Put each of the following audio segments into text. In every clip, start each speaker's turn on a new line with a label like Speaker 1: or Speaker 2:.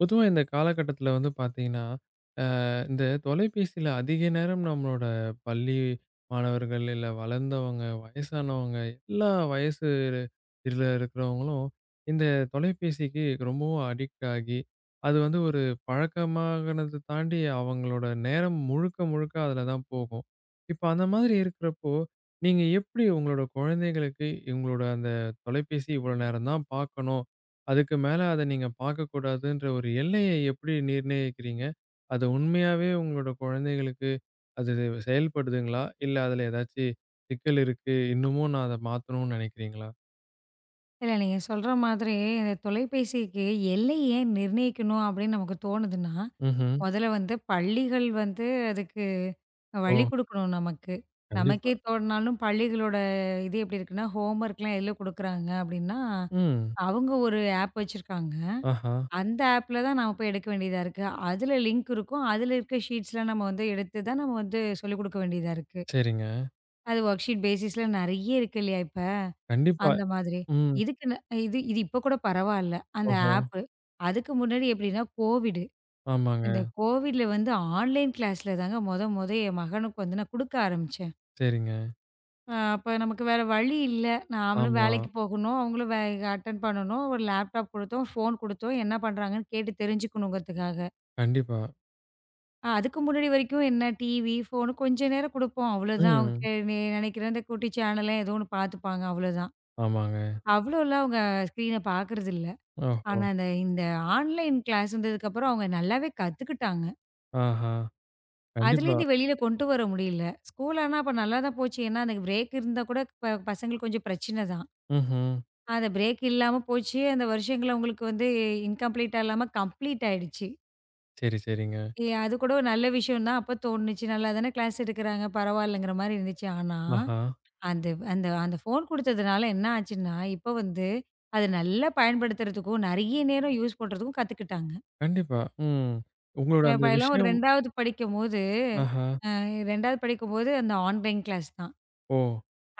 Speaker 1: பொதுவா இந்த காலகட்டத்துல வந்து பார்த்தீங்கன்னா, அ இந்த தொலைபேசியில அதிக நேரம் நம்மளோட பள்ளி மாணவர்கள், இல்ல வளர்ந்தவங்க, வயசானவங்க, எல்லா வயசு இதில இருக்கிறவங்களும் இந்த தொலைபேசிக்கு ரொம்பவும் அடிக்ட் ஆகி, அது வந்து ஒரு பழக்கமாகனத தாண்டி அவங்களோட நேரம் முழுக்க முழுக்க அதில தான் போகும். இப்ப அந்த மாதிரி இருக்கிறப்போ, நீங்க எப்படி உங்களோட குழந்தைகளுக்கு இவங்களோட அந்த தொலைபேசி இவ்வளோ நேரம் தான் பார்க்கணும். அதுக்கு மேல அத நீங்க பார்க்கக்கூடாதுன்ற ஒரு எல்லைய எப்படி நிர்ணயிக்கிறீங்க? அது உண்மையாவே உங்களோட குழந்தைகளுக்கு அது செயல்படுதுங்களா? இல்ல அதுல ஏதாச்சு சிக்கல் இருக்கு. இன்னமும் நான் அத மாத்தணும்னு நினைக்கிறீங்களா?
Speaker 2: இல்ல நீங்க சொல்ற மாதிரி இந்த தொலைபேசிக்கு எல்லை ஏன் நிர்ணயிக்கணும் அப்படின்னு நமக்கு தோணுதுன்னா,
Speaker 1: ம்ஹ்ம்.
Speaker 2: முதல்ல வந்து பள்ளிகள் வந்து அதுக்கு வழி
Speaker 1: ஓ!
Speaker 2: குடுக்கணும் நமக்கு. நமக்கே
Speaker 1: கண்டிப்பா.
Speaker 2: தோணுனாலும் பள்ளிகளோட இது எப்படி இருக்குன்னா, ஹோம்வொர்க்லாம் எதில குடுக்குறாங்க அப்படின்னா,
Speaker 1: ம்.
Speaker 2: அவங்க ஒரு ஆப் வச்சிருக்காங்க.
Speaker 1: ஆஹா!
Speaker 2: அந்த ஆப்ல தான் நாம போய் எடுக்க வேண்டியதா இருக்கு. அதில லிங்க் இருக்கும். அதில இருக்க ஷீட்ஸ்லாம் நம்ம வந்து எடுத்து தான் நம்ம வந்து சொல்லிக் குடுக்க வேண்டியதா இருக்கு.
Speaker 1: சரிங்க.
Speaker 2: அது ஒர்க் ஷீட் பேசிஸ்ல நெறைய இருக்கு இல்லையா இப்ப?
Speaker 1: கண்டிப்பா.
Speaker 2: அந்த மாதிரி.
Speaker 1: ம்.
Speaker 2: இதுக்குன்னு இது இது இப்ப கூட பரவால்ல. அந்த
Speaker 1: ஓஹோ!
Speaker 2: ஆப்பு. அதுக்கு முன்னாடி எப்படின்னா கோவிடு.
Speaker 1: ஆமாங்க.
Speaker 2: இந்த கோவிட்ல வந்து ஆன்லைன் கிளாஸ்ல தாங்க மொத மொத என் மகனுக்கு வந்து நான் குடுக்க ஆரம்பிச்சேன்.
Speaker 1: சரிங்க.
Speaker 2: அப்ப நமக்கு வேற வழி இல்ல. நாமளும்
Speaker 1: ஆமா.
Speaker 2: வேலைக்கு போகணும். அவங்களும் அட்டெண்ட் பண்ணணும். ஒரு லேப்டாப் குடுத்தோம், ஃபோன் குடுத்தோம். என்ன பண்றாங்கன்னு கேட்டு தெரிஞ்சுக்கணுங்கிறதுக்காக.
Speaker 1: கண்டிப்பா.
Speaker 2: அதுக்கு முன்னாடி வரைக்கும் என்ன டிவி, ஃபோனு கொஞ்ச நேரம் குடுப்போம். அவ்வளோதான். அவங்க
Speaker 1: ம்.
Speaker 2: கே நெ நெனைக்கிற அந்த குட்டி சேனல ஏதோ ஒண்ணு பார்த்துப்பாங்க. அவ்வளோதான்.
Speaker 1: ஆமாங்க.
Speaker 2: அவ்வளோலாம் அவங்க ஸ்க்ரீன பார்க்கறதில்ல.
Speaker 1: ஓஹோ!
Speaker 2: ஆனா, அந்த இந்த ஆன்லைன் கிளாஸ் வந்ததுக்கப்புறம் அவங்க நல்லாவே கத்துக்கிட்டாங்க.
Speaker 1: ஆஹா! கண்டிப்பா.
Speaker 2: அதுலேருந்து வெளியில கொண்டு வர முடியல. ஸ்கூல் ஆனா அப்ப நல்லா தான் போச்சு. ஏன்னா, அந்த பிரேக் இருந்தா கூட பசங்களுக்கு கொஞ்சம் பிரச்சனை தான்.
Speaker 1: ம்ஹ்ம்.
Speaker 2: அந்த பிரேக் இல்லாம போச்சு. அந்த வருஷங்கள் அவங்களுக்கு வந்து இன்கம்ப்ளீட்டா இல்லாம கம்ப்ளீட் ஆயிடுச்சு.
Speaker 1: சரி, சரிங்க.
Speaker 2: அது கூட ஒரு நல்ல விஷயம் தான். அப்ப தோணுச்சு. நல்லா தானே கிளாஸ் எடுக்குறாங்க. பரவாயில்லங்கிற மாரி இருந்துச்சு. ஆனா,
Speaker 1: ஆஹா!
Speaker 2: அந்த அந்த அந்த ஃபோன் குடுத்ததுனால என்ன ஆச்சுன்னா, இப்ப வந்து அத நல்லா பயன்படுத்துறதுக்கும், நெறைய நேரம் யூஸ் பண்றதுக்கும் கத்துக்கிட்டாங்க.
Speaker 1: கண்டிப்பா. ம். உங்களோட அந்த
Speaker 2: இப்ப எல்லாம் ஒரு
Speaker 1: விஷயம். ஆஹா!
Speaker 2: 2வது படிக்கும்போது அந்த ஆன்லைன் கிளாஸ் தான்.
Speaker 1: ஓ!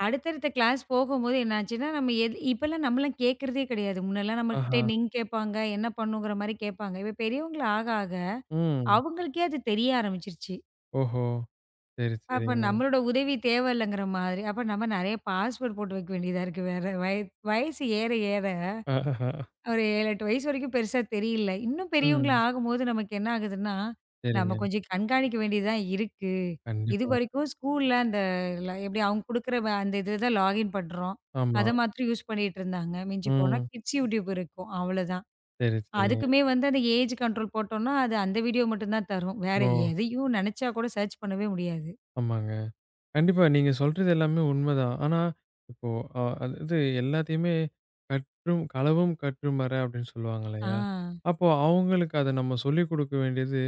Speaker 2: அடுத்தடுத்த கிளாஸ் போகும்போது என்னாச்சுன்னா, நம்ம எது இப்பலாம் நம்மலாம் கேட்கறதே கிடையாது. முன்னலாம் நம்மகிட்ட
Speaker 1: ஆஹா!
Speaker 2: லிங்க் கேட்பாங்க, என்ன பண்ணுங்கிற மாரி கேட்பாங்க. இப்ப பெரியவங்கள ஆக ஆக,
Speaker 1: ம்.
Speaker 2: அவங்களுக்கே அது தெரிய ஆரம்பிச்சுருச்சு.
Speaker 1: ஓஹோ! சரி,
Speaker 2: அப்ப
Speaker 1: சரிங்க.
Speaker 2: நம்மளோட உதவி தேவ இல்லங்கிற மாதிரி. அப்ப நம்ம நெறைய பாஸ்வேர்ட் போட்டு வைக்க வேண்டியதா இருக்கு வேற. வயசு ஏற ஏற.
Speaker 1: ஆஹா!
Speaker 2: ஒரு 7, 8 வயசு வரைக்கும் பெருசா தெரியல. இன்னும் பெரியவங்களா
Speaker 1: ம்.
Speaker 2: ஆகும்போது நமக்கு என்ன ஆகுதுன்னா, நம்ம
Speaker 1: சரிங்க.
Speaker 2: கொஞ்சம் கண்காணிக்க வேண்டியது தான் இருக்கு.
Speaker 1: கண்டிப்பா.
Speaker 2: இதுவரைக்கும் ஸ்கூல்ல அந்த எப்படி அவங்க குடுக்குற அந்த இதில தான் லாகின் பண்றோம்.
Speaker 1: ஆமா.
Speaker 2: அத மாத்திரம் யூஸ் பண்ணிட்டு இருந்தாங்க. மிஞ்சி போனா
Speaker 1: ம்.
Speaker 2: கிட்ஸ் யூடியூப் இருக்கும். அவ்வளோதான்.
Speaker 1: சரி, சரிங்க.
Speaker 2: அதுக்குமே வந்து அந்த ஏஜ் கண்ட்ரோல் போட்டோம்னா, அது அந்த வீடியோ மட்டும் தான் தரும். வேற
Speaker 1: ஓ!
Speaker 2: எதையும் நெனச்சா கூட சர்ச் பண்ணவே முடியாது.
Speaker 1: ஆமாங்க. கண்டிப்பா நீங்க சொல்றது எல்லாமே உண்மதான். ஆனா, இப்போ அதாவது எல்லாத்தையுமே கற்றும் களவும் கற்றும் மற அப்படின்னு சொல்லுவாங்க
Speaker 2: ஆ.
Speaker 1: இல்லையா? அப்போ அவங்களுக்கு அத நம்ம சொல்லிக் குடுக்க வேண்டியது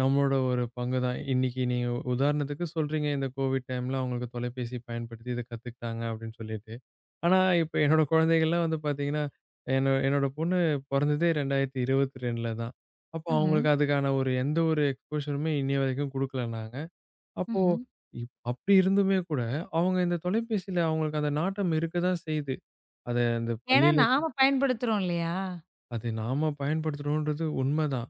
Speaker 1: நம்மளோட ஒரு பங்கு தான். இன்னைக்கு நீங்க உதாரணத்துக்கு சொல்றீங்க, இந்த கோவிட் டைம்ல அவங்களுக்கு தொலைபேசி பயன்படுத்தி இத கத்துக்கிட்டாங்க அப்படின்னு சொல்லிட்டு. ஆனா, இப்ப என்னோட குழந்தைகள்லாம் வந்து பார்த்தீங்கன்னா, என்ன என்னோட பொண்ணு பொறந்ததே 2022ல தான். அப்போ
Speaker 2: ம்ஹ்ம்.
Speaker 1: அவங்களுக்கு அதுக்கான ஒரு எந்த ஒரு எக்ஸ்போஷருமே இன்னைய வரைக்கும் குடுக்கல நாங்க. அப்போ
Speaker 2: ம்ஹ்ம்.
Speaker 1: அப்படி இருந்துமே கூட, அவங்க இந்த தொலைபேசியில அவங்களுக்கு அந்த நாட்டம் இருக்க தான் செய்யுது. அத அந்த
Speaker 2: ஏன்னா
Speaker 1: பள்ளியில
Speaker 2: நாம பயன்படுத்துறோம் இல்லையா?
Speaker 1: அது நாம பயன்படுத்துறோன்றது உண்மதான்.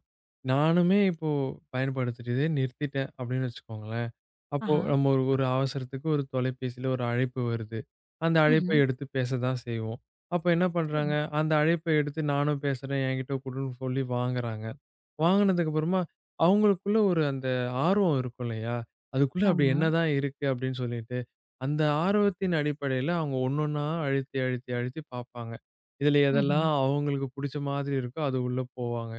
Speaker 1: நானுமே இப்போ பயன்படுத்திட்டதே நிறுத்திட்டேன் அப்படின்னு வச்சுக்கோங்களேன். அப்போ
Speaker 2: ஆஹா.
Speaker 1: நம்ம ஒரு ஒரு அவசரத்துக்கு ஒரு தொலைபேசியில ஒரு அழைப்பு வருது. அந்த அழைப்பை
Speaker 2: ம்ஹ்ம்.
Speaker 1: எடுத்து பேச தான் செய்வோம். அப்ப என்ன பண்றாங்க,
Speaker 2: சரி.
Speaker 1: அந்த அழைப்பை எடுத்து நானும் பேசுறேன், என்கிட்ட குடுன்னு சொல்லி வாங்குறாங்க. வாங்குனதுக்கு அப்புறமா அவங்களுக்குள்ள ஒரு அந்த ஆர்வம் இருக்கும் இல்லையா? அதுக்குள்ள அப்படி
Speaker 2: ஆமா.
Speaker 1: என்னதான் இருக்கு அப்படின்னு சொல்லிட்டு, அந்த ஆர்வத்தின் அடிப்படையில அவங்க ஒண்ணொண்ணா அழுத்தி, அழுத்தி, அழுத்தி பார்ப்பாங்க. இதுல
Speaker 2: ம்ஹ்ம்.
Speaker 1: எதெல்லாம் அவங்களுக்கு புடிச்ச மாதிரி இருக்கோ அது உள்ள போவாங்க.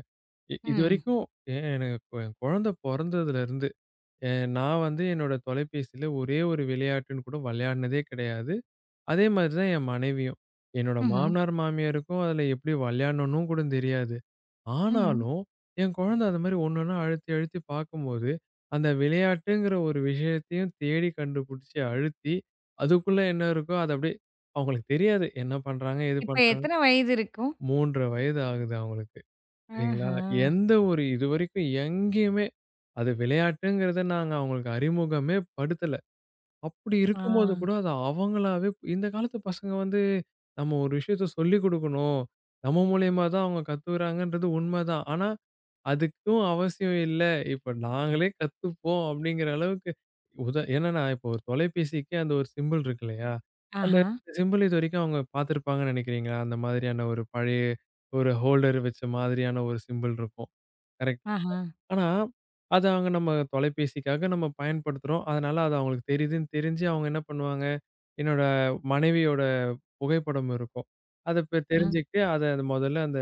Speaker 1: இ
Speaker 2: ம்.
Speaker 1: இதுவரைக்கும் எனக்கு என் குழந்தை பொறந்ததுலருந்து அ நான் வந்து என்னோட தொலைபேசியில ஒரே ஒரு விளையாட்டுன்னு கூட விளையாடுனதே கிடையாது. அதே மாதிரி தான் என் மனைவியும். என்னோட
Speaker 2: ம்ஹ்ம்.
Speaker 1: மாமனார், மாமியாருக்கும் அதில எப்படி விளையாடணும்னு கூட தெரியாது.
Speaker 2: ம்.
Speaker 1: ஆனாலும் என் குழந்தை அது மாதிரி ஒண்ணு ஒண்ணா அழுத்தி அழுத்தி பார்க்கும்போது, அந்த விளையாட்டுங்கிற ஒரு விஷயத்தையும் தேடி கண்டுபிடிச்சு அழுத்தி, அதுக்குள்ள என்ன இருக்கோ அத அப்படியே அவங்களுக்கு தெரியாது. என்ன பண்றாங்க? ஏது
Speaker 2: இப்ப
Speaker 1: பண்றாங்க?
Speaker 2: எத்தன வயது இருக்கும்?
Speaker 1: 3 1/2 வயது ஆகுது அவங்களுக்கு. சரிங்களா?
Speaker 2: ஆஹா!
Speaker 1: எந்த ஒரு இதுவரைக்கும் எங்கேயுமே அது விளையாட்டுங்கிறத நாங்க அவங்களுக்கு அறிமுகமே படுத்தல. அப்படி
Speaker 2: ஆ.
Speaker 1: இருக்கும்போது கூட அது அவங்களாவே இந்த காலத்து பசங்க வந்து நம்ம ஒரு விஷயத்த சொல்லிக் குடுக்கணும். நம்ம மூலியமா தான் அவங்க கத்துக்கிறாங்கன்றது உண்மதான். ஆனா அதுக்கும் அவசியம் இல்ல. இப்ப நாங்களே கத்துப்போம் அப்படிங்கிற அளவுக்கு உத ஏன்னா நான் இப்போ ஒரு தொலைபேசிக்கு அந்த ஒரு சிம்பல் இருக்கு இல்லையா? அந்த
Speaker 2: ஆஹா!
Speaker 1: சிம்பல் இதுவரைக்கும் அவங்க பார்த்துருப்பாங்கன்னு நினைக்கிறீங்களா? அந்த மாதிரியான ஒரு பழைய ஒரு ஹோல்டர் வச்ச மாதிரியான ஒரு சிம்பல் இருக்கும். கரெக்ட்.
Speaker 2: ஆஹா!
Speaker 1: ஆனா, அத அவங்க நம்ம தொலைபேசிக்காக நம்ம பயன்படுத்துறோம். அதனால அது அவங்களுக்கு தெரியுதுன்னு தெரிஞ்சு அவங்க என்ன பண்ணுவாங்க, என்னோட மனைவியோட புகைப்படம் இருக்கும். அத இப்ப
Speaker 2: ஆஹா!
Speaker 1: தெரிஞ்சுக்கிட்டு அத முதல்ல அந்த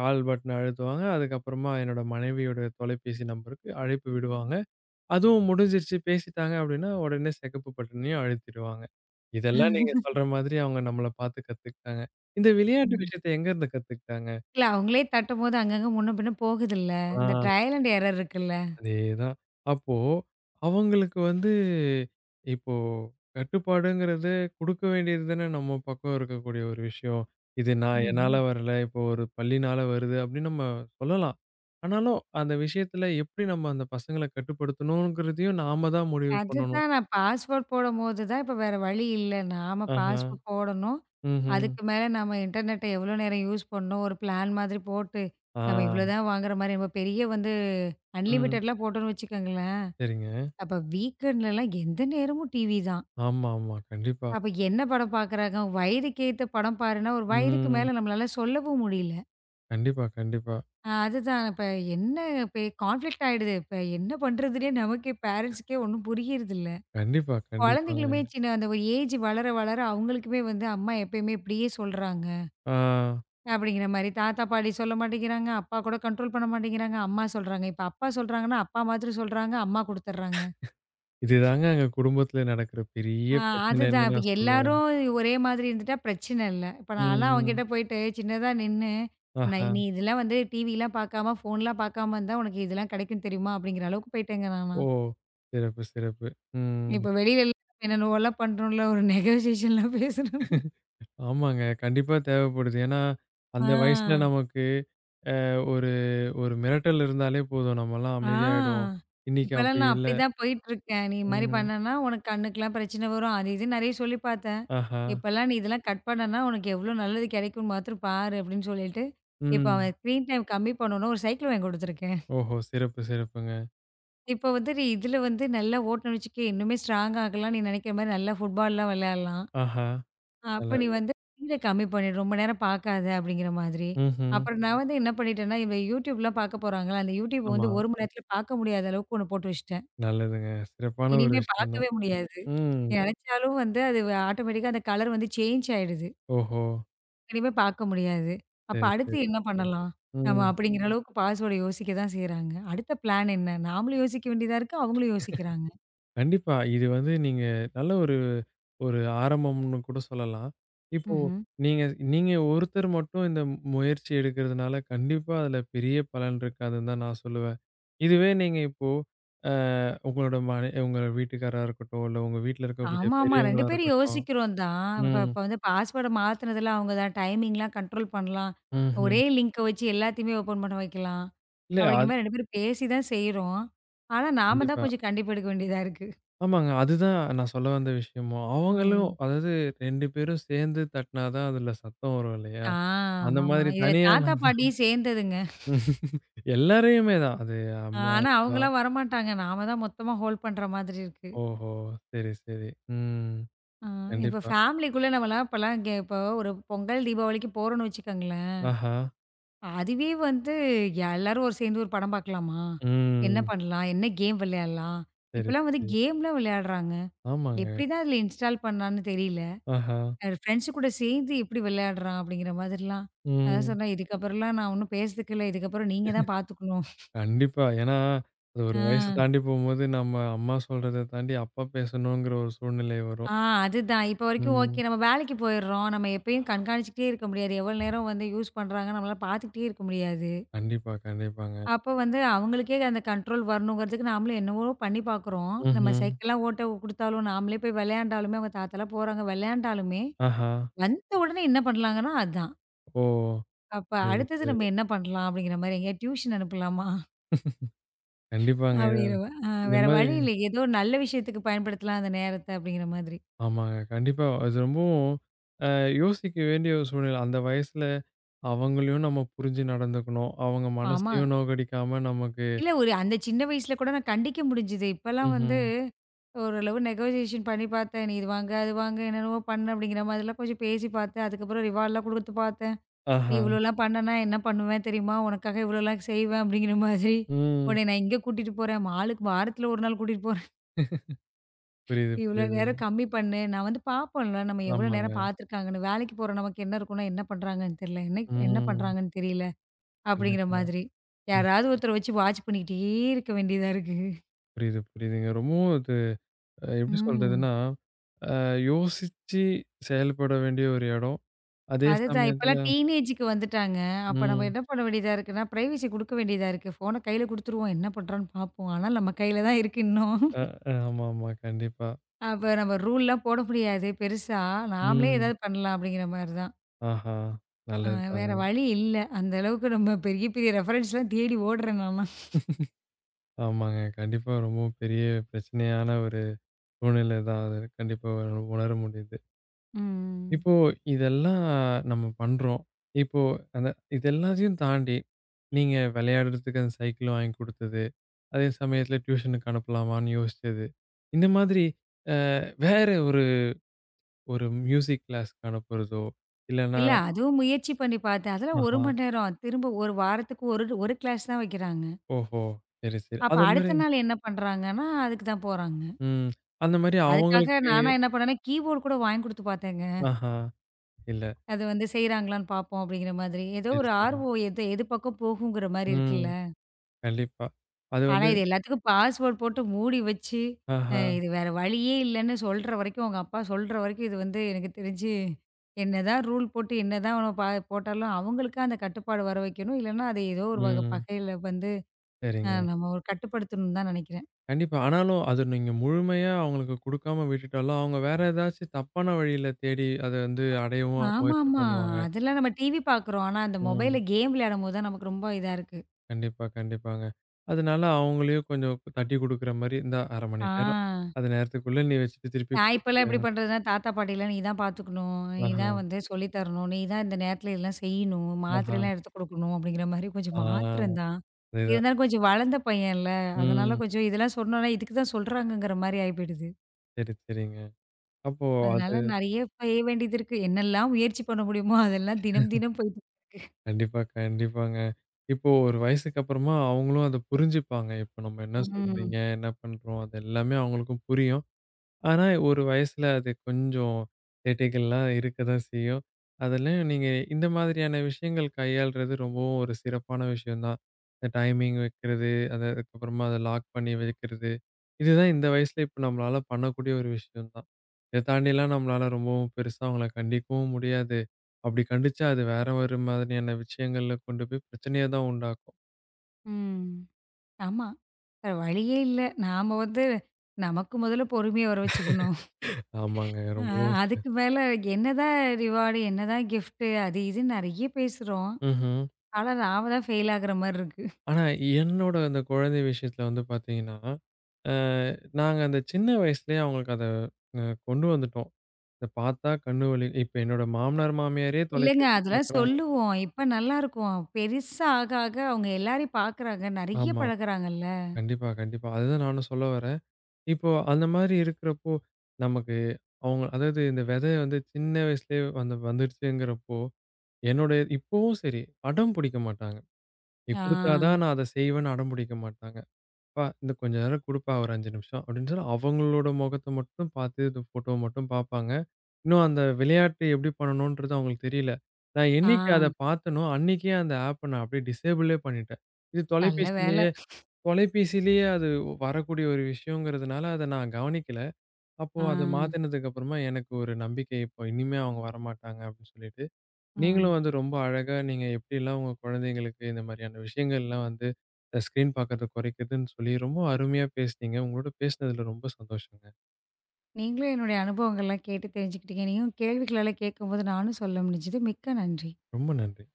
Speaker 1: கால் பட்டன் அழுத்துவாங்க. அதுக்கப்புறமா என்னோட மனைவியோட தொலைபேசி நம்பருக்கு அழைப்பு விடுவாங்க. அதுவும் முடிஞ்சிருச்சு பேசிட்டாங்க அப்படின்னா, உடனே சிகப்பு பட்டனையும் அழுத்திடுவாங்க. இதெல்லாம் நீங்க சொல்ற மாதிரி அவங்க நம்மள பார்த்து கத்துக்கிட்டாங்க. இந்த விளையாட்டு
Speaker 2: ம்.
Speaker 1: விஷயத்த எங்கருந்து கத்துக்கிட்டாங்க?
Speaker 2: இல்ல அவங்களே தட்டும்போது அங்கங்க முன்ன பின்ன போகுதுல்ல.
Speaker 1: ஆ.
Speaker 2: இந்த ட்ரையல் அண்ட் எரர் இருக்குல்ல.
Speaker 1: அதேதான். அப்போ அவங்களுக்கு வந்து இப்போ கட்டுப்பாடுங்கிறது குடுக்க வேண்டியது தானே நம்ம பக்கம் இருக்கக்கூடிய ஒரு விஷயம். இது நான் என்னால
Speaker 2: ம்ஹ்ம்.
Speaker 1: வரல, இப்போ ஒரு பள்ளினால வருது அப்படின்னு நம்ம சொல்லலாம். ஆனாலும் அந்த விஷயத்துல எப்படி நம்ம அந்த பசங்கள கட்டுப்படுத்தணுங்கிறதையும் நாம தான் முடிவு பண்ணணும்.
Speaker 2: அதுதான் நான் பாஸ்வேர்ட் போடும்போது தான் இப்ப வேற வழி இல்ல. நாம
Speaker 1: ஆஹா.
Speaker 2: பாஸ்வேர்ட் போடணும்.
Speaker 1: ம்ஹ்ம்.
Speaker 2: அதுக்கு மேல நம்ம இன்டர்நெட்ட எவ்வளோ நேரம் யூஸ் பண்ணணும், ஒரு பிளான் மாதிரி போட்டு,
Speaker 1: ஆ.
Speaker 2: நம்ம இவ்வளோதான் வாங்குற மாரி நம்ம பெரிய வந்து
Speaker 1: ம்.
Speaker 2: அன்லிமிட்டெட்லாம் போட்டோம்னு வச்சுக்கோங்களேன்,
Speaker 1: சரிங்க.
Speaker 2: அப்ப வீக்கெண்ட்லலாம் எந்த நேரமும் டிவி தான்.
Speaker 1: ஆமா, ஆமா. கண்டிப்பா.
Speaker 2: அப்ப என்ன படம் பார்க்குறாங்க? வயதுக்கு ஏத்த படம் பாருன்னா, ஒரு வயதுக்கு
Speaker 1: ம்.
Speaker 2: மேல நம்மளால சொல்லவும் முடியல.
Speaker 1: கண்டிப்பா, கண்டிப்பா.
Speaker 2: அதுதான் இப்ப என்ன இப்ப கான்ஃப்ளிக்ட் ஆயிடுது. இப்ப என்ன பண்றதுன்னே நமக்கே பேரண்ட்ஸ்க்கே ஒண்ணும் புரியறதில்ல.
Speaker 1: கண்டிப்பா, கண்டிப்பாங்க.
Speaker 2: குழந்தைங்களுமே சின்ன அந்த ஒரு ஏஜ் வளர வளர அவங்களுக்குமே வந்து அம்மா எப்பயுமே இப்படியே சொல்றாங்க.
Speaker 1: ஆ.
Speaker 2: அப்படிங்கிற மாரி தாத்தா, பாட்டி சொல்ல மாட்டேங்கிறாங்க. அப்பா கூட கண்ட்ரோல் பண்ண மாட்டேங்கிறாங்க. அம்மா சொல்றாங்க. இப்ப அப்பா சொல்றாங்கன்னா, அப்பா மாதிரி சொல்றாங்க. அம்மா குடுத்துடுறாங்க.
Speaker 1: இதுதாங்க எங்க குடும்பத்தில நடக்கிற
Speaker 2: ஆ
Speaker 1: பெரிய
Speaker 2: அதுதான்.
Speaker 1: பிரச்சனைன்னு
Speaker 2: இப்ப
Speaker 1: நான் சொல்லுவேன்.
Speaker 2: எல்லாரும் ஒரே மாதிரி இருந்துட்டா பிரச்சனை இல்ல. இப்ப நான்லாம்
Speaker 1: ம், ம்.
Speaker 2: அவன்கிட்ட போயிட்டு சின்னதா நின்னு, நான்
Speaker 1: ஆஹா!
Speaker 2: "நீ இதெல்லாம் வந்து டிவிலாம் பார்க்காம, ஃபோன்லாம் பார்க்காம இருந்தா உனக்கு இதெல்லாம் கிடைக்கும் தெரியுமா?" அப்படிங்கிற அளவுக்கு போயிட்டேங்க
Speaker 1: ஓ!
Speaker 2: நான்லாம்.
Speaker 1: சிறப்பு, சிறப்பு. ம்.
Speaker 2: இப்ப வெளியிலலாம் என்னென்னவோலாம் பண்றோம்ல, ஒரு நெகோசியேஷன்லாம் பேசுறோம்ல.
Speaker 1: ஆமாங்க. கண்டிப்பா தேவைப்படுது. ஏன்னா,
Speaker 2: ஆ.
Speaker 1: அந்த வயசுல நமக்கு ஒரு ஒரு மிரட்டல் இருந்தாலே போதும். நம்மலாம் அமைதியாயிடுவோம்.
Speaker 2: ஆ.
Speaker 1: இன்னைக்கு
Speaker 2: இப்பலாம்
Speaker 1: அப்படி
Speaker 2: நான்
Speaker 1: இல்ல.
Speaker 2: அப்படிதான் போயிட்டுருக்கேன். நீ இது மாரி
Speaker 1: ம்.
Speaker 2: பண்ணேன்னா, உனக்கு கண்ணுக்குலாம் பிரச்சனை வரும். அது இதுன்னு நெறைய சொல்லி பார்த்தேன்.
Speaker 1: ஆஹா!
Speaker 2: இப்பலாம் நீ இதெல்லாம் கட் பண்ணனா, உனக்கு எவ்ளோ நல்லது கிடைக்கும்னு மாத்திரம் பாரு அப்படின்னு சொல்லிட்டு, இப்ப
Speaker 1: ம்.
Speaker 2: அவன் ஸ்க்ரீன் டைம் கம்மி பண்ணணும்னு ஒரு சைக்கிள் வாங்கி குடுத்துருக்கேன்.
Speaker 1: ஓஹோ! சிறப்பு, சிறப்புங்க.
Speaker 2: இப்ப வந்து நீ இதுல வந்து நல்லா ஓட்டுனேன்னு வச்சுக்கயே, இன்னுமே ஸ்ட்ராங் ஆகலாம். நீ நெனைக்கிற மாரி நல்லா ஃபுட்பால்லாம் விளையாடலாம்.
Speaker 1: ஆஹா!
Speaker 2: அப்ப நீ
Speaker 1: நல்லது.
Speaker 2: வந்து ஸ்க்ரீன கம்மி பண்ணிடு. ரொம்ப நேரம் பார்க்காத அப்படிங்கிற மாதிரி.
Speaker 1: ம்ஹ்ம்.
Speaker 2: அப்புறம் நான் வந்து என்ன பண்ணிட்டேன்னா, இவ YouTubeலாம் பார்க்க போறாங்களா, அந்த YouTube
Speaker 1: ஆமா.
Speaker 2: வந்து 1 மணி நேரத்துல பார்க்க முடியாத அளவுக்கு ஒண்ணு போட்டு வச்சுட்டேன்.
Speaker 1: நல்லதுங்க. சிறப்பான ஒரு
Speaker 2: இனிமே
Speaker 1: விஷயம்
Speaker 2: பார்க்கவே
Speaker 1: தான்.
Speaker 2: முடியாது.
Speaker 1: ம்.
Speaker 2: நெனச்சாலும் வந்து அது ஆட்டோமேட்டிக்கா அந்த கலர் வந்து சேஞ்ச் ஆயிடுது.
Speaker 1: ஓஹோ!
Speaker 2: இனிமே பார்க்க முடியாது. அப்ப
Speaker 1: சரி,
Speaker 2: அடுத்து
Speaker 1: சரி.
Speaker 2: என்ன பண்ணலாம்? நம்ம
Speaker 1: ம்.
Speaker 2: அப்படிங்கிற அளவுக்கு பாசோட யோசிக்க தான் செய்றாங்க. அடுத்த பிளான் என்ன? நாமளும் யோசிக்க வேண்டியதா இருக்கு, அவங்களும் யோசிக்கிறாங்க.
Speaker 1: கண்டிப்பா. இது வந்து நீங்க நல்ல ஒரு ஒரு ஆரம்பம்னு கூட சொல்லலாம். இப்போ
Speaker 2: ம்ஹ்ம்.
Speaker 1: நீங்க நீங்க ஒருத்தர் மட்டும் இந்த முயற்சி எடுக்கிறதுனால, கண்டிப்பா அதுல பெரிய பலன் இருக்காதுன்னு தான் நான் சொல்லுவேன். இதுவே நீங்க இப்போ அ உங்களோட மனை உங்க வீட்டுக்காரரா இருக்கட்டும், இல்ல உங்க வீட்ல இருக்கக்கூடிய
Speaker 2: ஆமா, ஆமா. 2
Speaker 1: பெரியவங்களா
Speaker 2: பேரும்
Speaker 1: இருக்கட்டும்.
Speaker 2: யோசிக்கிறோம் தான். இப்ப
Speaker 1: ம்.
Speaker 2: இப்ப வந்து பாஸ்வேர்ட மாத்துனதுல அவங்க தான் டைமிங்லாம் கண்ட்ரோல் பண்ணலாம். ஒரே
Speaker 1: ம்ஹ்ம்.
Speaker 2: லிங்க்க வச்சு எல்லாத்தையுமே ஓப்பன் பண்ண வைக்கலாம்.
Speaker 1: இல்ல
Speaker 2: அப்படிங்கிற
Speaker 1: அது
Speaker 2: மாரி 2 பேரும் பேசி தான் செய்றோம். ஆனா நாம தான்
Speaker 1: கண்டிப்பா.
Speaker 2: கொஞ்சம் கண்டிப்பு எடுக்க வேண்டியதா இருக்கு.
Speaker 1: ஆமாங்க. அதுதான் நான் சொல்ல வந்த விஷயமும். அவங்களும்
Speaker 2: ம்.
Speaker 1: அதாவது 2 பேரும் சேர்ந்து தட்டினா தான் அதுல சத்தம் வரும் இல்லையா?
Speaker 2: ஆ,
Speaker 1: அந்த
Speaker 2: ஆமாமா.
Speaker 1: மாதிரி
Speaker 2: இதுல
Speaker 1: தனியா
Speaker 2: தாத்தா, பாட்டி சேர்ந்ததுங்க.
Speaker 1: நம் எல்லாரையுமே தான். அது
Speaker 2: ஆ,
Speaker 1: அம்மா,
Speaker 2: ஆனா,
Speaker 1: அப்பா.
Speaker 2: அவங்கலாம் வரமாட்டாங்க. நாம தான் மொத்தமா ஹோல்ட் பண்ற மாதிரி இருக்கு.
Speaker 1: ஓஹோ! சரி, சரி. ம்.
Speaker 2: ஆ. இப்ப
Speaker 1: கண்டிப்பா.
Speaker 2: ஃபேமிலிக்குள்ள நம்மலாம் இப்பலாம் இப்போ ஒரு பொங்கல், தீபாவளிக்கு போறோம்னு வச்சுக்கோங்களேன்,
Speaker 1: ஆஹா!
Speaker 2: அதுவே வந்து எல்லாரும் ஒரு சேர்ந்து ஒரு படம் பார்க்கலாமா? என்ன
Speaker 1: ம்.
Speaker 2: பண்ணலாம்? என்ன கேம் விளையாடலாம்?
Speaker 1: சரி,
Speaker 2: இப்பலாம் வந்து
Speaker 1: சரி.
Speaker 2: கேம்லாம் விளையாடுறாங்க.
Speaker 1: ஆமாங்க.
Speaker 2: எப்படி தான் அதில இன்ஸ்டால் பண்ணான்னு தெரியல.
Speaker 1: ஆஹா!
Speaker 2: அது ஃப்ரெண்ட்ஸ் கூட சேர்ந்து எப்படி விளையாடுறான்? அப்படிங்கிற மாதிரிலாம். அதான்
Speaker 1: ம்.
Speaker 2: சொன்னேன், இதுக்கப்புறம்லாம் நான் ஒண்ணும் பேசுறதுக்கு இல்ல. இதுக்கப்புறம் நீங்க தான் பார்த்துக்கணும்.
Speaker 1: கண்டிப்பா. ஏன்னா, அது
Speaker 2: ஆ.
Speaker 1: ஒரு வயசு தாண்டி போம்போது நம்ம அம்மா சொல்றத தாண்டி அப்பா பேசணுங்கிற ஒரு சூழ்நிலை வரும்.
Speaker 2: ஆ அதுதான். இப்போ வரைக்கும்
Speaker 1: ம்.
Speaker 2: ஓகே. நம்ம வேலைக்கு போயிடுறோம். நம்ம எப்பயும் கண்காணிச்சுக்கிட்டே இருக்க முடியாது. எவ்வளோ நேரம் வந்து யூஸ் பண்ணுறாங்க நம்மளால பார்த்துக்கிட்டே இருக்க முடியாது.
Speaker 1: கண்டிப்பா, கண்டிப்பாங்க.
Speaker 2: அப்போ வந்து அவங்களுக்கே அந்த கண்ட்ரோல் வரணுங்கிறதுக்கு நாமளும் என்னவோ பண்ணி பார்க்குறோம். நம்ம
Speaker 1: ம்ஹ்ம்.
Speaker 2: சைக்கிள்லாம் ஓட்ட குடுத்தாலும், நாமளே போய் விளையாண்டாலுமே, அவங்க தாத்தாலாம் போறாங்க விளையாண்டாலுமே,
Speaker 1: ஆஹா!
Speaker 2: வந்த உடனே என்ன பண்ணலாங்கன்னா அதான்.
Speaker 1: ஓ!
Speaker 2: அப்ப
Speaker 1: புரியுது,
Speaker 2: அடுத்தது நம்ம
Speaker 1: புரியுது.
Speaker 2: என்ன பண்ணலாம் அப்படிங்கிற மாரி எங்கேயா டியூஷன் அனுப்பலாமா?
Speaker 1: கண்டிப்பாங்க.
Speaker 2: அப்படிங்கிற மா அ
Speaker 1: இந்த
Speaker 2: வேற
Speaker 1: மாரி
Speaker 2: வழி இல்ல. ஏதோ ஒரு நல்ல விஷயத்துக்கு பயன்படுத்தலாம் அந்த நேரத்த அப்படிங்கிற மாதிரி.
Speaker 1: ஆமாங்க. கண்டிப்பா. அது ரொம்பவும் அ யோசிக்க வேண்டிய ஒரு சூழ்நிலை. அந்த வயசுல அவங்களையும் நம்ம புரிஞ்சு நடந்துக்கணும். அவங்க
Speaker 2: ஆமா.
Speaker 1: மனசையும் நோகடிக்காம நமக்கு.
Speaker 2: இல்ல ஒரு அந்த சின்ன வயசுல கூட நான் கண்டிக்க முடிஞ்சுது. இப்பலாம் வந்து
Speaker 1: ம்ஹ்ம்.
Speaker 2: ஓரளவு நெகோசியேஷன் பண்ணி பார்த்தேன். நீ இது வாங்க, அது வாங்க என்னென்னவோ பண்ணு அப்படிங்கிற மாதிரிலாம் கொஞ்சம் பேசி பார்த்தேன். அதுக்கப்புறம் ரிவார்ட்லாம் குடுத்து பார்த்தேன். நீ
Speaker 1: ஆஹா!
Speaker 2: இவ்வளோலாம் பண்ணனா என்ன பண்ணுவேன் தெரியுமா? உனக்காக இவ்வளோலாம் செய்வேன் அப்படிங்கிற மாதிரி.
Speaker 1: ம்.
Speaker 2: உன்னை நான் இங்க கூட்டிட்டு போறேன். மாலுக்கு வாரத்துல ஒரு நாள் கூட்டிட்டு போறேன்.
Speaker 1: புரியுது,
Speaker 2: இவ்வளோ நேரம்
Speaker 1: புரியுது.
Speaker 2: கம்மி பண்ணு. நான் வந்து பார்ப்போம்ல நம்ம எவ்வளோ நேரம்
Speaker 1: ஆமாங்க.
Speaker 2: பார்த்துருக்காங்கன்னு. வேலைக்கு போற நமக்கு என்ன இருக்கும்னா என்ன பண்றாங்கன்னு தெரியல. என்ன என்ன
Speaker 1: ம்.
Speaker 2: பண்றாங்கன்னு தெரியல அப்படிங்கிற
Speaker 1: கண்டிப்பா.
Speaker 2: மாதிரி.
Speaker 1: ம்.
Speaker 2: யாராவது ஒருத்தர வச்சு வாட்ச் பண்ணிக்கிட்டே இருக்க வேண்டியதா இருக்கு.
Speaker 1: புரியுது, புரியுதுங்க. ரொம்பவும் அது எப்படி
Speaker 2: ம்.
Speaker 1: சொல்றதுன்னா, அ யோசிச்சு செயல்பட வேண்டிய ஒரு இடம். அதே
Speaker 2: அதுதான்.
Speaker 1: சமயத்துல
Speaker 2: இப்பலாம் டீனேஜ்க்கு வந்துட்டாங்க. அப்ப நம்ம
Speaker 1: ம்.
Speaker 2: என்ன பண்ண வேண்டியதா இருக்குன்னா, பிரைவசி குடுக்க வேண்டியதா இருக்கு. ஃபோன கையில குடுத்துருவோம். என்ன பண்றான்னு பார்ப்போம். ஆனா நம்ம கையில தான் இருக்கு இன்னும்.
Speaker 1: அ ஆமாமா. கண்டிப்பா.
Speaker 2: அப்ப நம்ம ரூல்லாம் போட முடியாது பெருசா. நாமளே
Speaker 1: ம்.
Speaker 2: ஏதாவது பண்ணலாம் அப்படிங்கிற மாரி தான்.
Speaker 1: ஆஹா!
Speaker 2: அ வேற
Speaker 1: நல்லதுதாங்க.
Speaker 2: வழி இல்ல. அந்த அளவுக்கு நம்ம பெரிய பெரிய ரெஃபரன்ஸ்லாம் தேடி ஓடுறேன் நான்லாம்.
Speaker 1: ஆமாங்க. கண்டிப்பா ரொம்பவும் பெரிய பிரச்சனையான ஒரு சூழ்நிலை தான் அது. கண்டிப்பா உணர முடியுது.
Speaker 2: ம்.
Speaker 1: இப்போ இதெல்லாம் நம்ம பண்றோம். இப்போ அந்த இது எல்லாத்தையும் தாண்டி, நீங்க விளையாடுறதுக்கு அந்த சைக்கிள் வாங்கி குடுத்தது, அதே சமயத்துல டியூஷனுக்கு அனுப்பலாமான்னு யோசிச்சது. இந்த மாதிரி வேற ஒரு ஒரு மியூசிக் கிளாஸ்க்கு அனுப்புறதோ, இல்லன்னா
Speaker 2: இல்ல அதுவும் முயற்சி பண்ணி பார்த்தேன். அதெல்லாம் 1
Speaker 1: ஆஹா,
Speaker 2: மணி நேரம். திரும்ப 1 வாரத்துக்கு ஒரு ஒரு கிளாஸ் தான் வைக்கிறாங்க.
Speaker 1: ஓஹோ, சரி, சரி.
Speaker 2: அப்ப
Speaker 1: அது மாரி
Speaker 2: அடுத்த நாள் என்ன பண்றாங்கன்னா, அதுக்கு தான் போறாங்க.
Speaker 1: ம். அந்த மாரி
Speaker 2: அதுக்காக
Speaker 1: அவங்களுக்கு
Speaker 2: நானா என்ன பண்ணேன்னா, கீபோர்ட் கூட வாங்கி குடுத்து பார்த்தேங்க.
Speaker 1: ஆஹா, இல்ல.
Speaker 2: அது வந்து செய்றாங்களான்னு பார்ப்போம் அப்படிங்கிற மாதிரி. ஏதோ
Speaker 1: சரி,
Speaker 2: ஒரு
Speaker 1: சரி.
Speaker 2: ஆர்வம் எது எது பக்கம் போகுங்கிற மாரி
Speaker 1: ம்.
Speaker 2: இருக்குல்ல.
Speaker 1: கண்டிப்பா. அது
Speaker 2: ஆனா
Speaker 1: வந்து
Speaker 2: இது எல்லாத்துக்கும் பாஸ்வேர்ட் போட்டு மூடி வச்சு, அ
Speaker 1: ஆஹா,
Speaker 2: இது வேற வழியே இல்லன்னு சொல்ற வரைக்கும் உங்க அப்பா சொல்ற வரைக்கும் இது வந்து எனக்கு தெரிஞ்சு என்னதான் ரூல் போட்டு என்னதான் அவன போட்டாலும் அவங்களுக்கா அந்த கட்டுப்பாடு வர வைக்கணும். இல்லன்னா அது ஏதோ ஒரு வகை
Speaker 1: ம்.
Speaker 2: பகையில வந்து அ
Speaker 1: சரிங்க.
Speaker 2: நம்ம ஒரு கட்டுப்படுத்தணும்னு தான் நினைக்கிறேன்.
Speaker 1: கண்டிப்பா. ஆனாலும் அது நீங்க முழுமையா அவங்களுக்கு குடுக்காம விட்டுட்டாலும், அவங்க வேற ஏதாச்சும் தப்பான வழியில தேடி அத வந்து அடையவும் முயற்சி
Speaker 2: ஆமாமா.
Speaker 1: பண்ணுவாங்க.
Speaker 2: அதெல்லாம் நம்ம டிவி பார்க்குறோம். ஆனா அந்த மொபைல்ல
Speaker 1: ம்.
Speaker 2: கேம் விளையாடும்போது தான் நமக்கு ரொம்ப இதா இருக்கு.
Speaker 1: கண்டிப்பா, கண்டிப்பாங்க. அதனால அவங்களையும் கொஞ்சம் தட்டி குடுக்குற மாரி, "இந்தா 1/2
Speaker 2: ஆ.
Speaker 1: மணி நேரம். அது நேரத்துக்குள்ள நீ வச்சுட்டு திருப்பி
Speaker 2: நான் இப்பலாம்
Speaker 1: குடுத்துரு."
Speaker 2: எப்படி பண்றதுன்னா, தாத்தா பாட்டிலாம் நீ தான் பார்த்துக்கணும். நீ
Speaker 1: ஆஹா,
Speaker 2: தான் வந்து சொல்லி தரணும். நீ தான் இந்த நேரத்துல இதெல்லாம் செய்யணும்.
Speaker 1: ஆஹா.
Speaker 2: மாத்திரைலாம் எடுத்து குடுக்கணும் அப்படிங்கிற மாரி கொஞ்சம் மாத்திரம்
Speaker 1: ஆ
Speaker 2: தான்.
Speaker 1: அதேதான்.
Speaker 2: இருந்தாலும் கொஞ்சம் வளர்ந்த பையன்ல. அதனால
Speaker 1: ம்.
Speaker 2: கொஞ்சம் இதெல்லாம் சொன்னோனா, இதுக்கு தான் சொல்றாங்கங்கிற மாரி ஆயி போயிடுது.
Speaker 1: சரி, சரிங்க. அப்போ அது
Speaker 2: அதனால நெறைய செய்ய வேண்டியது இருக்கு. என்னெல்லாம் முயற்சி பண்ண முடியுமோ அதெல்லாம் தினம் தினம் போயிட்டு இருக்கு.
Speaker 1: கண்டிப்பா, கண்டிப்பாங்க. இப்போ ஒரு வயசுக்கு அப்புறமா அவங்களும் அத புரிஞ்சுப்பாங்க. இப்ப நம்ம என்ன
Speaker 2: ம்.
Speaker 1: சொல்றீங்க? என்ன பண்றோம்? அது எல்லாமே அவங்களுக்கும் புரியும். ஆனா, ஒரு வயசுல அது கொஞ்சம் சேட்டைகள்லாம் இருக்கதான் செய்யும். அதெல்லாம் நீங்க இந்த மாதிரியான விஷயங்கள் கையாள்றது ரொம்பவும் ஒரு சிறப்பான விஷயம் தான். இந்த டைமிங் வைக்கிறது, அத அதுக்கப்புறமா அத லாக் பண்ணி வைக்கிறது. இதுதான் இந்த வயசுல இப்ப நம்மளால பண்ணக்கூடிய ஒரு விஷயம் தான். இத தாண்டிலாம் நம்மளால ரொம்பவும் பெருசா அவங்கள கண்டிக்கவும் முடியாது. அப்படி கண்டிச்சா அது வேற ஒரு மாதிரியான விஷயங்கள்ல கொண்டு போய் பிரச்சனைய தான் உண்டாக்கும்.
Speaker 2: ம். ஆமா. வேற வழியே இல்ல. நாம வந்து நமக்கு முதல்ல பொறுமைய வர வச்சுக்கணும்.
Speaker 1: ஆமாங்க.
Speaker 2: அ
Speaker 1: ரொம்பவும்
Speaker 2: அதுக்கு மேல என்னதான் ரிவார்டு, என்னதான் கிஃப்ட்டு அது இதுன்னு நெறைய பேசுறோம்.
Speaker 1: ம்ஹ்ம்.
Speaker 2: ஆனா நாம தான் ஃபெயில் ஆகுற மாரி இருக்கு.
Speaker 1: ஆனா, என்னோட அந்த குழந்தை விஷயத்துல வந்து பாத்தீங்கன்னா, அ நாங்க அந்த சின்ன வயசுலயே அவங்களுக்கு அத அ கொண்டு வந்துட்டோம். இத பாத்தா கண்ணு வலி இப்ப என்னோட மாமனார், மாமியாரே
Speaker 2: இல்லங்க
Speaker 1: தொலைபேசி
Speaker 2: அதெல்லாம்
Speaker 1: பாக்குறாங்க.
Speaker 2: சொல்லுவோம். இப்ப நல்லாருக்கும். பெருசா ஆக ஆக அவங்க எல்லாரையும் பார்க்குறாங்க. நெறைய
Speaker 1: ஆமா.
Speaker 2: பழகுறாங்கல்ல.
Speaker 1: கண்டிப்பா, கண்டிப்பா. அதுதான் நானும் சொல்ல வரேன். இப்போ அந்த மாரி இருக்கிறப்போ, நமக்கு அவங்க அதாவது இந்த விதை வந்து சின்ன வயசுலயே வந்து வந்துருச்சுங்கிறப்போ, என்னோட இப்பவும் சரி, அடம் பிடிக்க மாட்டாங்க. நீ
Speaker 2: ஆ,
Speaker 1: குடுத்தா தான் நான் அத செய்வேன்னு அடம் பிடிக்க மாட்டாங்க. "அப்பா இன்னும் கொஞ்ச நேரம் குடுப்பா ஒரு 5 நிமிஷம்" அப்படின்னு சொல்லி அவங்களோட முகத்த மட்டும் பார்த்து, இந்த ஃபோட்டோவ மட்டும் பார்ப்பாங்க. இன்னும் அந்த விளையாட்டு எப்படி பண்ணணுன்றது அவங்களுக்கு தெரியல. நான்
Speaker 2: ஆ.
Speaker 1: என்னைக்கு அத பார்த்தேனோ, அன்னைக்கே அந்த ஆப்ப நான் அப்படியே டிசேபிளே பண்ணிட்டேன். இது
Speaker 2: நல்ல வேல.
Speaker 1: தொலைபேசியிலேயே தொலைபேசியிலேயே அது வரக்கூடிய ஒரு விஷயங்கிறதுனால அத நான் கவனிக்கல. அப்போ
Speaker 2: ஆ,
Speaker 1: அத மாத்துனதுக்கு அப்புறமா எனக்கு ஒரு நம்பிக்கை, இப்போ இனிமே அவங்க வரமாட்டாங்க அப்படின்னு சொல்லிட்டு.
Speaker 2: ஆ.
Speaker 1: நீங்களும் வந்து ரொம்ப அழகா நீங்க எப்படிலாம் உங்க குழந்தைங்களுக்கு இந்த மாதிரியான விஷயங்கள்லாம் வந்து ஸ்க்ரீன் பார்க்கறத குறைக்குதுன்னு சொல்லி ரொம்ப அருமையா பேசுனீங்க. உங்களோட பேசினதுல ரொம்ப சந்தோஷங்க.
Speaker 2: நீங்களும் என்னுடைய அனுபவங்கள்லாம் கேட்டு தெரிஞ்சுக்கிட்டீங்க. நீங்களும் கேள்விகளெல்லாம் கேட்கும்போது நானும் சொல்ல முடிஞ்சது. மிக்க நன்றி.
Speaker 1: ரொம்ப நன்றி.